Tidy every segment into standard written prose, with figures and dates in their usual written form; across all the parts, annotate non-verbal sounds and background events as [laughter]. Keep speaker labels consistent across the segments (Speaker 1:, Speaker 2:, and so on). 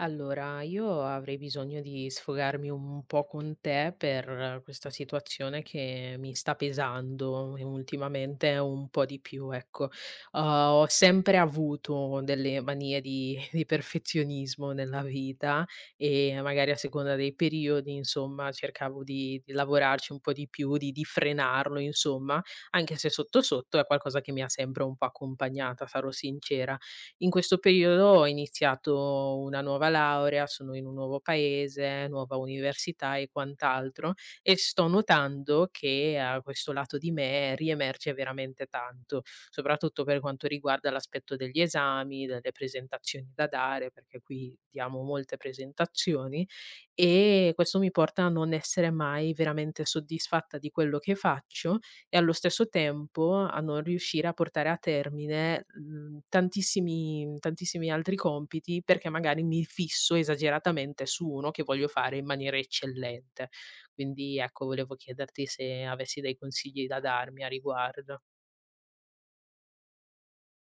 Speaker 1: Allora, io avrei bisogno di sfogarmi un po' con te per questa situazione che mi sta pesando e ultimamente un po' di più, ecco. Ho sempre avuto delle manie [laughs] di perfezionismo nella vita e magari a seconda dei periodi, insomma, cercavo di lavorarci un po' di più, di frenarlo, insomma, anche se sotto sotto è qualcosa che mi ha sempre un po' accompagnata, sarò sincera. In questo periodo ho iniziato una nuova laurea, sono in un nuovo paese, nuova università e quant'altro, e sto notando che a questo lato di me riemerge veramente tanto, soprattutto per quanto riguarda l'aspetto degli esami, delle presentazioni da dare, perché qui diamo molte presentazioni, e questo mi porta a non essere mai veramente soddisfatta di quello che faccio e allo stesso tempo a non riuscire a portare a termine, tantissimi tantissimi altri compiti, perché magari mi fisso esageratamente su uno che voglio fare in maniera eccellente. Quindi ecco, volevo chiederti se avessi dei consigli da darmi a riguardo.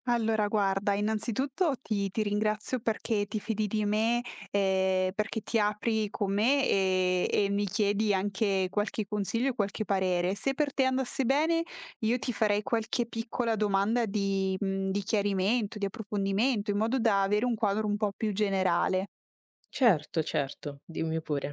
Speaker 2: Allora guarda, innanzitutto ti ringrazio perché ti fidi di me, perché ti apri con me, e mi chiedi anche qualche consiglio e qualche parere. Se per te andasse bene, io ti farei qualche piccola domanda di di chiarimento, di approfondimento, in modo da avere un quadro un po' più generale.
Speaker 1: Certo, certo, dimmi pure.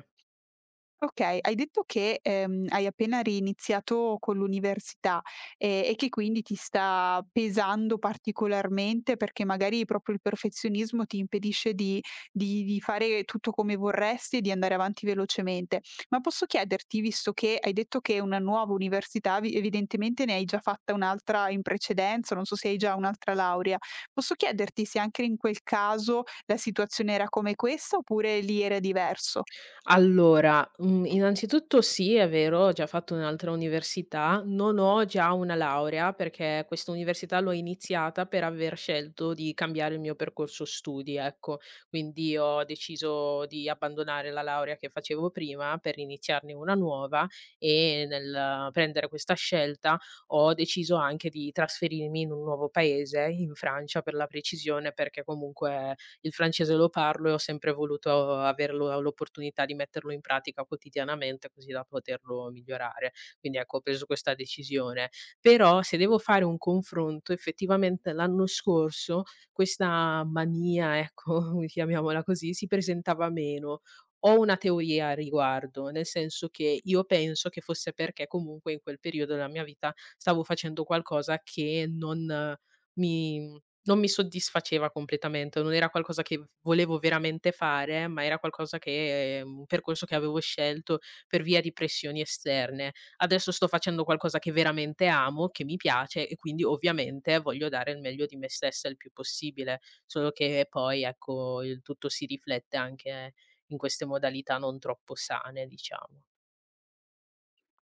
Speaker 2: Okay, hai detto che, hai appena riiniziato con l'università, e che quindi ti sta pesando particolarmente perché magari proprio il perfezionismo ti impedisce di fare tutto come vorresti e di andare avanti velocemente. Ma posso chiederti, visto che hai detto che è una nuova università, vi evidentemente ne hai già fatta un'altra in precedenza, non so se hai già un'altra laurea, posso chiederti se anche in quel caso la situazione era come questa oppure lì era diverso?
Speaker 1: Allora, innanzitutto sì, è vero, ho già fatto un'altra università, non ho già una laurea perché questa università l'ho iniziata per aver scelto di cambiare il mio percorso studi, ecco. Quindi ho deciso di abbandonare la laurea che facevo prima per iniziarne una nuova, e nel prendere questa scelta ho deciso anche di trasferirmi in un nuovo paese, in Francia per la precisione, perché comunque il francese lo parlo e ho sempre voluto averlo l'opportunità di metterlo in pratica quotidianamente così da poterlo migliorare. Quindi ecco, ho preso questa decisione. Però se devo fare un confronto, effettivamente l'anno scorso questa mania, ecco, [laughs] chiamiamola così, si presentava meno. Ho una teoria a riguardo, nel senso che io penso che fosse perché comunque in quel periodo della mia vita stavo facendo qualcosa che mi non mi soddisfaceva completamente, non era qualcosa che v volevo veramente fare, ma era qualcosa che un percorso che avevo scelto per via di pressioni esterne. Adesso sto facendo qualcosa che veramente amo, che mi piace e quindi ovviamente voglio dare il meglio di me stessa il più possibile, solo che poi, ecco, il tutto si riflette anche in queste modalità non troppo sane, diciamo.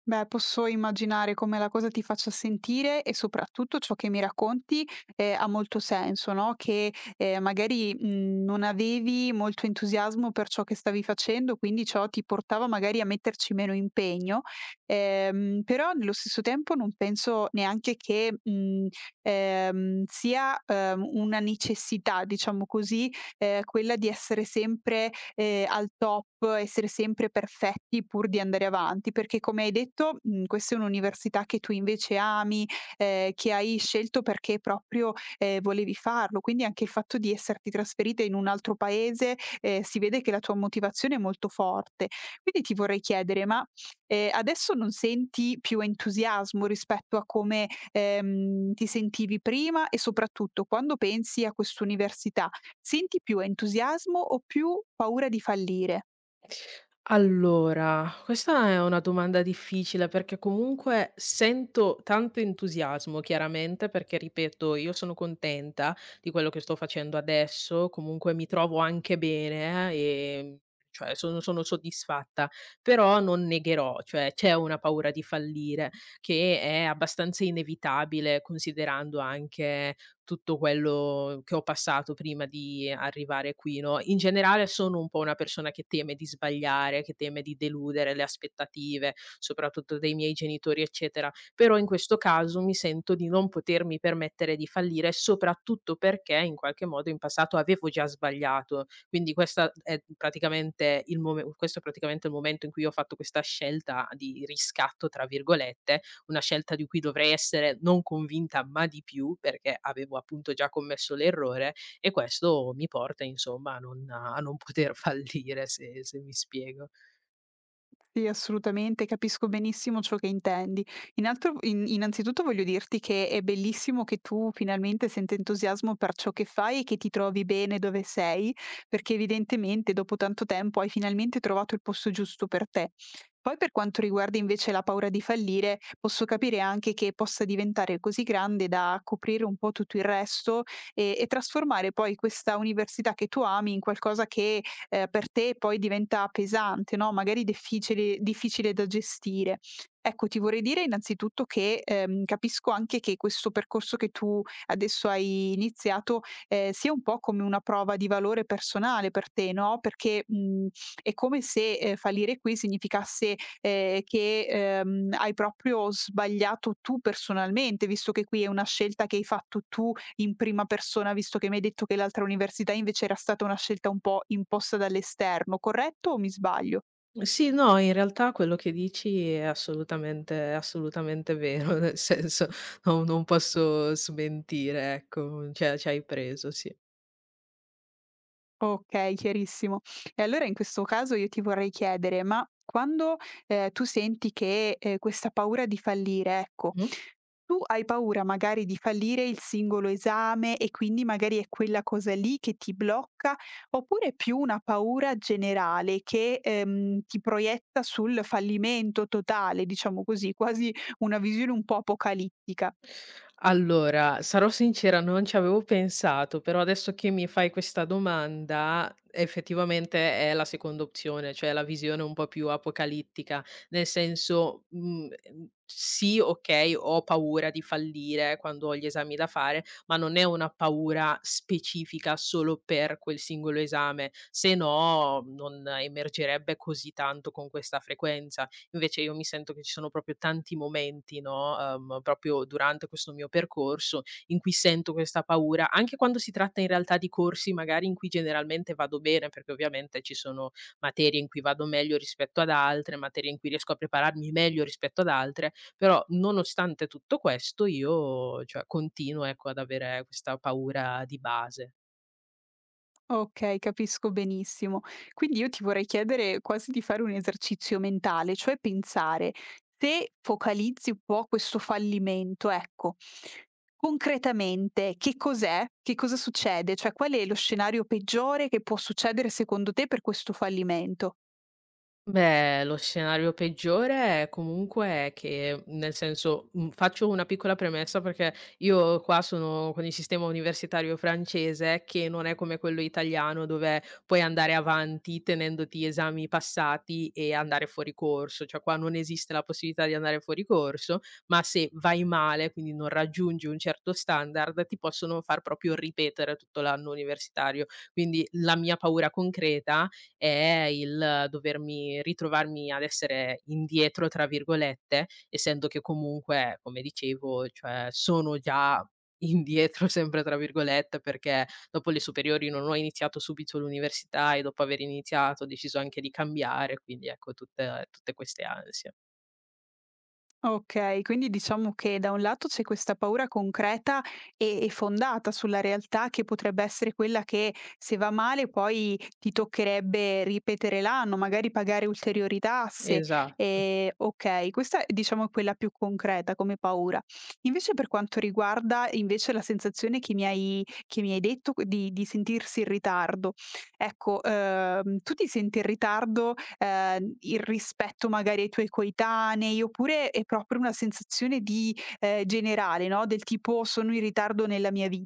Speaker 2: Beh, posso immaginare come la cosa ti faccia sentire e soprattutto ciò che mi racconti ha molto senso, no? Che magari non avevi molto entusiasmo per ciò che stavi facendo, quindi ciò ti portava magari a metterci meno impegno, però nello stesso tempo non penso neanche che sia una necessità, diciamo così, quella di essere sempre, al top, essere sempre perfetti pur di andare avanti, perché come hai detto, questa è un'università che tu invece ami, che hai scelto perché proprio, volevi farlo. Quindi anche il fatto di esserti trasferita in un altro paese, si vede che la tua motivazione è molto forte. Quindi ti vorrei chiedere, ma, adesso non senti più entusiasmo rispetto a come, ti sentivi prima e soprattutto quando pensi a quest'università, senti più entusiasmo o più paura di fallire?
Speaker 1: Allora, questa è una domanda difficile perché comunque sento tanto entusiasmo, chiaramente, perché ripeto, io sono contenta di quello che sto facendo adesso, comunque mi trovo anche bene e cioè sono soddisfatta, però non negherò, cioè c'è una paura di fallire che è abbastanza inevitabile considerando anche tutto quello che ho passato prima di arrivare qui, no. In generale sono un po' una persona che teme di sbagliare, che teme di deludere le aspettative, soprattutto dei miei genitori, eccetera, però in questo caso mi sento di non potermi permettere di fallire, soprattutto perché in qualche modo in passato avevo già sbagliato. Quindi questa è praticamente il mome questo è praticamente il momento in cui ho fatto questa scelta di "riscatto" tra virgolette, una scelta di cui dovrei essere non convinta, ma di più, perché avevo appunto già commesso l'errore, e questo mi porta insomma a non poter [laughs] fallire, se mi spiego.
Speaker 2: Sì, assolutamente, capisco benissimo ciò che intendi. In altro in Innanzitutto voglio dirti che è bellissimo che tu finalmente senta entusiasmo per ciò che fai e che ti trovi bene dove sei, perché evidentemente dopo tanto tempo hai finalmente trovato il posto giusto per te. Poi per quanto riguarda invece la paura di fallire, posso capire anche che possa diventare così grande da coprire un po' tutto il resto e trasformare poi questa università che tu ami in qualcosa che per te poi diventa pesante, no, magari difficile da gestire. Ecco, ti vorrei dire innanzitutto che, capisco anche che questo percorso che tu adesso hai iniziato, sia un po' come una prova di valore personale per te, no, perché, è come se, fallire qui significasse, che, hai proprio sbagliato tu personalmente, visto che qui è una scelta che hai fatto tu in prima persona, visto che mi hai detto che l'altra università invece era stata una scelta un po' imposta dall'esterno, corretto o mi sbaglio?
Speaker 1: Sì, no, in realtà quello che dici è assolutamente vero, [laughs] nel senso, no, non posso smentire, ecco, cioè ci hai preso, sì.
Speaker 2: Okay, chiarissimo. E allora in questo caso io ti vorrei chiedere, ma quando, tu senti che, questa paura di fallire, ecco,
Speaker 1: Mh.
Speaker 2: tu hai paura magari di fallire il singolo esame e quindi magari è quella cosa lì che ti blocca, oppure è più una paura generale che, ti proietta sul fallimento totale, diciamo così, quasi una visione un po' apocalittica?
Speaker 1: Allora, sarò sincera, non ci avevo pensato, però adesso che mi fai questa domanda, effettivamente è la seconda opzione, cioè la visione un po' più apocalittica, nel senso, sì, okay, ho paura di fallire quando ho gli esami da fare, ma non è una paura specifica solo per quel singolo esame, se no non emergerebbe così tanto con questa frequenza. Invece io mi sento che ci sono proprio tanti momenti, no, proprio durante questo mio percorso in cui sento questa paura, anche quando si tratta in realtà di corsi magari in cui generalmente vado bene, perché ovviamente ci sono materie in cui vado meglio rispetto ad altre, materie in cui riesco a prepararmi meglio rispetto ad altre, però nonostante tutto questo io, cioè, continuo, ecco, ad avere questa paura di base.
Speaker 2: Okay, capisco benissimo. Quindi io ti vorrei chiedere quasi di fare un esercizio mentale, cioè pensare: se focalizzi un po' questo fallimento, ecco, concretamente che cos'è? Che cosa succede? Cioè qual è lo scenario peggiore che può succedere secondo te per questo fallimento?
Speaker 1: Beh, lo scenario peggiore è comunque che nel senso, faccio una piccola premessa perché io qua sono con il sistema universitario francese, che non è come quello italiano dove puoi andare avanti tenendoti esami passati e andare fuori corso, cioè qua non esiste la possibilità di andare fuori corso, ma se vai male, quindi non raggiungi un certo standard, ti possono far proprio ripetere tutto l'anno universitario. Quindi la mia paura concreta è il dovermi ritrovarmi ad essere "indietro" tra virgolette, essendo che comunque, come dicevo, cioè sono già [laughs] "indietro" sempre tra virgolette, perché dopo le superiori non ho iniziato subito l'università e dopo aver iniziato ho deciso anche di cambiare, quindi ecco tutte queste ansie.
Speaker 2: Okay, quindi diciamo che da un lato c'è questa paura concreta e fondata sulla realtà che potrebbe essere quella che se va male poi ti toccherebbe ripetere l'anno, magari pagare ulteriori tasse.
Speaker 1: Esatto.
Speaker 2: Okay, questa è diciamo è quella più concreta come paura. Invece per quanto riguarda invece la sensazione che mi hai detto q di sentirsi in ritardo, ecco, tu ti senti in ritardo, in rispetto magari ai tuoi coetanei, oppure è proprio una sensazione di generale, no, del tipo: "Sono in ritardo nella mia vi".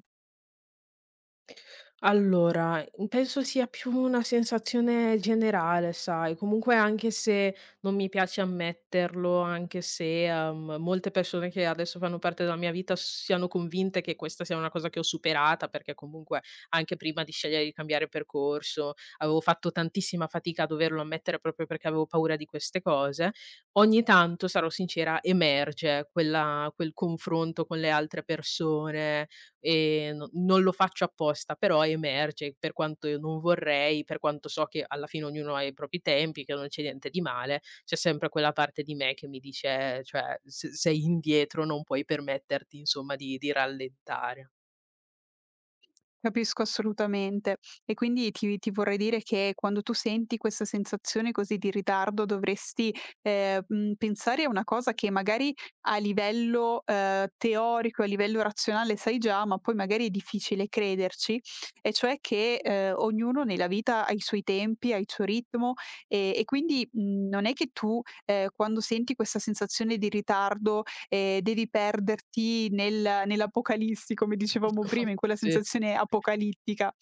Speaker 1: Allora, penso sia più una sensazione generale, sai, comunque anche se non mi piace ammetterlo, anche se, molte persone che adesso fanno parte della mia vita siano convinte che questa sia una cosa che ho superata, perché comunque anche prima di scegliere di cambiare percorso, avevo fatto tantissima fatica a doverlo ammettere proprio perché avevo paura di queste cose, ogni tanto, sarò sincera, emerge quel confronto con le altre persone. No, non lo faccio apposta, però emerge per quanto io non vorrei, per quanto so che alla fine ognuno ha i propri tempi, che non c'è niente di male, c'è sempre quella parte di me che mi dice: "Cioè, se sei indietro non puoi permetterti, insomma, di rallentare."
Speaker 2: Capisco assolutamente. E quindi ti vorrei dire che quando tu senti questa sensazione così di ritardo dovresti, pensare a una cosa che magari a livello, teorico, a livello razionale sai già, ma poi magari è difficile crederci, e cioè che, ognuno nella vita ha i suoi tempi, ha il suo ritmo e quindi, non è che tu, quando senti questa sensazione di ritardo e devi perderti nell'apocalissi, come dicevamo prima, in quella
Speaker 1: Sì.
Speaker 2: sensazione apocalittica,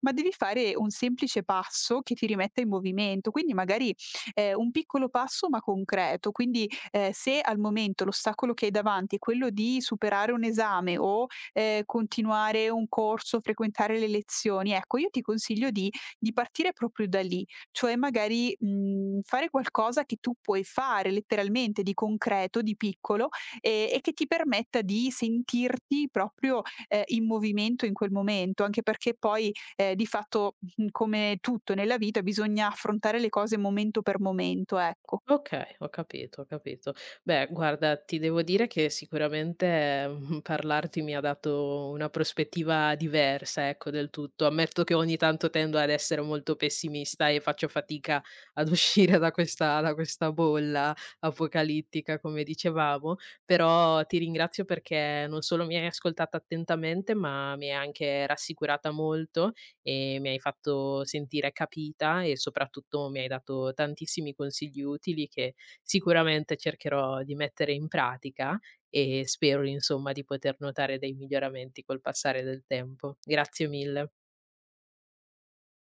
Speaker 2: ma devi fare un semplice passo che ti rimetta in movimento, quindi magari, un piccolo passo ma concreto. Quindi, se al momento l'ostacolo che hai davanti è quello di superare un esame o, continuare un corso, frequentare le lezioni, ecco io ti consiglio di partire proprio da lì, cioè magari, fare qualcosa che tu puoi fare letteralmente di concreto, di piccolo, e che ti permetta di sentirti proprio, in movimento in quel momento, anche perché poi, di fatto, come tutto nella vita bisogna affrontare le cose momento per momento, ecco.
Speaker 1: Okay, ho capito, ho capito. Beh, guarda, ti devo dire che sicuramente, parlarti mi ha dato una prospettiva diversa, ecco, del tutto. Ammetto che ogni tanto tendo ad essere molto pessimista e faccio fatica ad uscire da questa bolla apocalittica, come dicevamo, però ti ringrazio perché non solo mi hai ascoltata attentamente, ma mi hai anche rassicurata molto e mi hai fatto sentire capita e soprattutto mi hai dato tantissimi consigli utili che sicuramente cercherò di mettere in pratica e spero insomma di poter notare dei miglioramenti col passare del tempo. Grazie mille.